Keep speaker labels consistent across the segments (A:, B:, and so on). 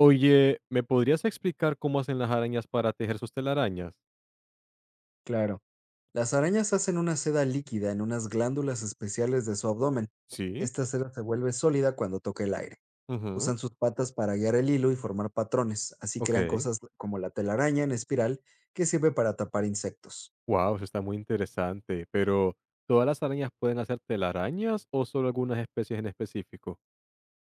A: Oye, ¿me podrías explicar cómo hacen las arañas para tejer sus telarañas?
B: Claro. Las arañas hacen una seda líquida en unas glándulas especiales de su abdomen.
A: Sí,
B: Esta seda se vuelve sólida cuando toca el aire.
A: ujú.
B: Usan sus patas para guiar el hilo y formar patrones. Así crean
A: Ok.
B: cosas como la telaraña en espiral que sirve para tapar insectos.
A: Wow, eso está muy interesante. Pero, ¿todas las arañas pueden hacer telarañas o solo algunas especies en específico?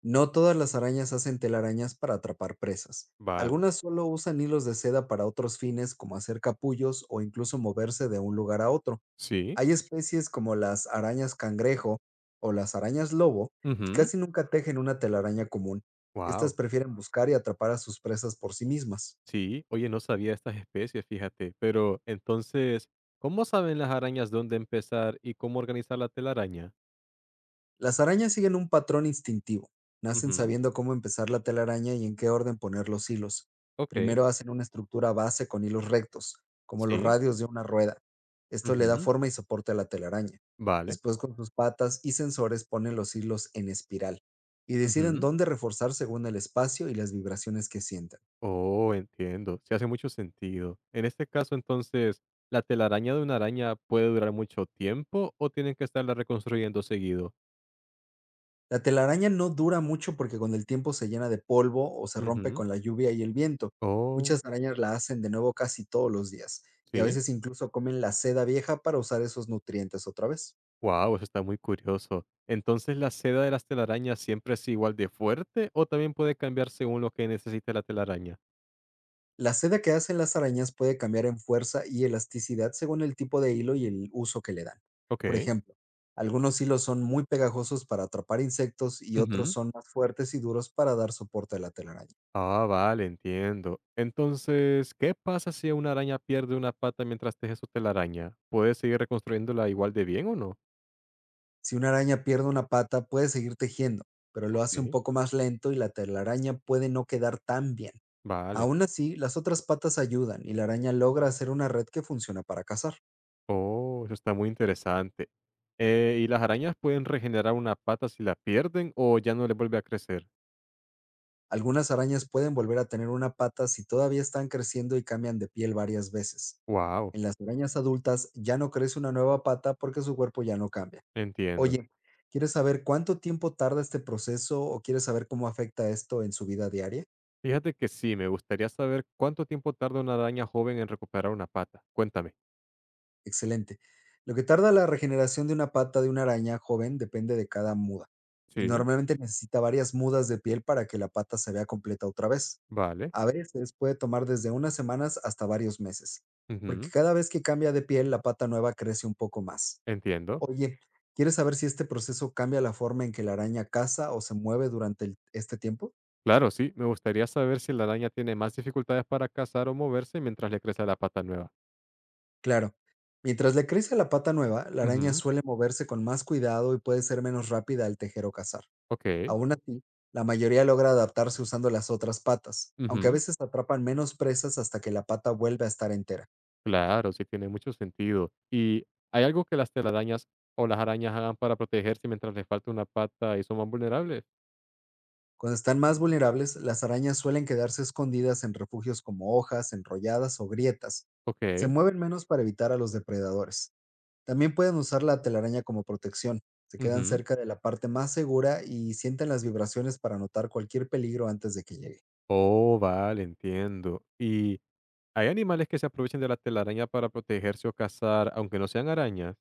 B: No todas las arañas hacen telarañas para atrapar presas.
A: Vale.
B: Algunas solo usan hilos de seda para otros fines como hacer capullos o incluso moverse de un lugar a otro.
A: Sí,
B: Hay especies como las arañas cangrejo o las arañas lobo que
A: ujú.
B: casi nunca tejen una telaraña común. Estas
A: Wow.
B: prefieren buscar y atrapar a sus presas por sí mismas.
A: Sí, oye, no sabía estas especies, fíjate. Pero, entonces, ¿cómo saben las arañas dónde empezar y cómo organizar la telaraña?
B: Las arañas siguen un patrón instintivo. Nacen
A: Ujú,
B: sabiendo cómo empezar la telaraña y en qué orden poner los hilos.
A: ok,
B: Primero hacen una estructura base con hilos rectos, como los
A: sí,
B: radios de una rueda. Esto le da
A: ujú,
B: forma y soporte a la telaraña.
A: vale.
B: Después, con sus patas y sensores, ponen los hilos en espiral y deciden
A: Ujú.
B: dónde reforzar según el espacio y las vibraciones que sientan.
A: Oh, entiendo. Sí hace mucho sentido. En este caso, entonces, ¿la telaraña de una araña puede durar mucho tiempo o tienen que estarla reconstruyendo seguido?
B: La telaraña no dura mucho, porque con el tiempo se llena de polvo o se rompe
A: Ujú.
B: con la lluvia y el viento.
A: Oh,
B: Muchas arañas la hacen de nuevo casi todos los días, y a
A: sí.
B: veces incluso comen la seda vieja para usar esos nutrientes otra vez.
A: Wow, eso está muy curioso. Entonces, ¿la seda de las telarañas siempre es igual de fuerte o también puede cambiar según lo que necesite la telaraña?
B: La seda que hacen las arañas puede cambiar en fuerza y elasticidad según el tipo de hilo y el uso que le dan. Por
A: Ok.
B: ejemplo, algunos hilos son muy pegajosos para atrapar insectos, y otros
A: Ujú.
B: son más fuertes y duros para dar soporte a la telaraña.
A: Ah, vale, entiendo. Entonces, ¿qué pasa si una araña pierde una pata mientras teje su telaraña? ¿Puede seguir reconstruyéndola igual de bien o no?
B: Si una araña pierde una pata, puede seguir tejiendo, pero lo hace un
A: Ok.
B: poco más lento y la telaraña puede no quedar tan bien.
A: Vale.
B: Aún así, las otras patas ayudan y la araña logra hacer una red que funciona para cazar.
A: Oh, eso está muy interesante. ¿Y las arañas pueden regenerar una pata si la pierden o ya no le vuelve a crecer?
B: Algunas arañas pueden volver a tener una pata si todavía están creciendo y cambian de piel varias veces.
A: Wow,
B: En las arañas adultas ya no crece una nueva pata, porque su cuerpo ya no cambia.
A: entiendo.
B: Oye, ¿quieres saber cuánto tiempo tarda este proceso o quieres saber cómo afecta esto en su vida diaria?
A: Fíjate que sí, me gustaría saber cuánto tiempo tarda una araña joven en recuperar una pata. Cuéntame.
B: Excelente. Lo que tarda la regeneración de una pata de una araña joven depende de cada muda, y
A: Sí,
B: normalmente necesita varias mudas de piel para que la pata se vea completa otra vez.
A: vale.
B: A veces puede tomar desde unas semanas hasta varios meses, porque
A: Ujú,
B: cada vez que cambia de piel, la pata nueva crece un poco más.
A: entiendo.
B: Oye, ¿quieres saber si este proceso cambia la forma en que la araña caza o se mueve durante este tiempo?
A: Claro, sí, me gustaría saber si la araña tiene más dificultades para cazar o moverse mientras le crece la pata nueva.
B: Claro. Mientras le crece la pata nueva, la araña
A: Ujú,
B: suele moverse con más cuidado y puede ser menos rápida al tejer o cazar.
A: ok.
B: Aun así, la mayoría logra adaptarse usando las otras patas, aunque a
A: Ujú.
B: veces atrapan menos presas hasta que la pata vuelve a estar entera.
A: Claro, sí tiene mucho sentido. ¿Y hay algo que las telarañas o las arañas hagan para protegerse mientras les falta una pata y son más vulnerables?
B: Cuando están más vulnerables, las arañas suelen quedarse escondidas en refugios como hojas enrolladas o grietas. Se
A: Ok.
B: mueven menos para evitar a los depredadores. También pueden usar la telaraña como protección. Se quedan
A: Ujú.
B: cerca de la parte más segura y sienten las vibraciones para notar cualquier peligro antes de que llegue.
A: Oh, vale, entiendo. ¿Y hay animales que se aprovechan de la telaraña para protegerse o cazar, aunque no sean arañas?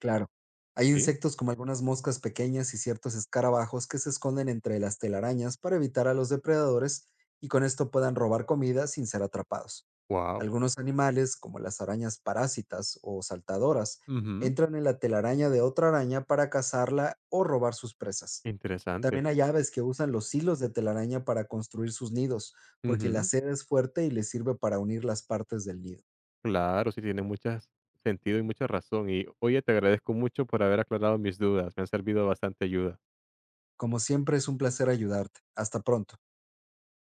B: Claro. Hay
A: Sí.
B: insectos como algunas moscas pequeñas y ciertos escarabajos que se esconden entre las telarañas para evitar a los depredadores y con esto puedan robar comida sin ser atrapados.
A: Wow.
B: Algunos animales, como las arañas parásitas o saltadoras, entran en la telaraña de otra araña para cazarla o robar sus presas.
A: Interesante.
B: También hay aves que usan los hilos de telaraña para construir sus nidos, porque la
A: Ujú.
B: seda es fuerte y les sirve para unir las partes del nido.
A: Claro, sí tiene mucho sentido y mucha razón. Y oye, te agradezco mucho por haber aclarado mis dudas. Me han servido bastante ayuda.
B: Como siempre, es un placer ayudarte. Hasta pronto.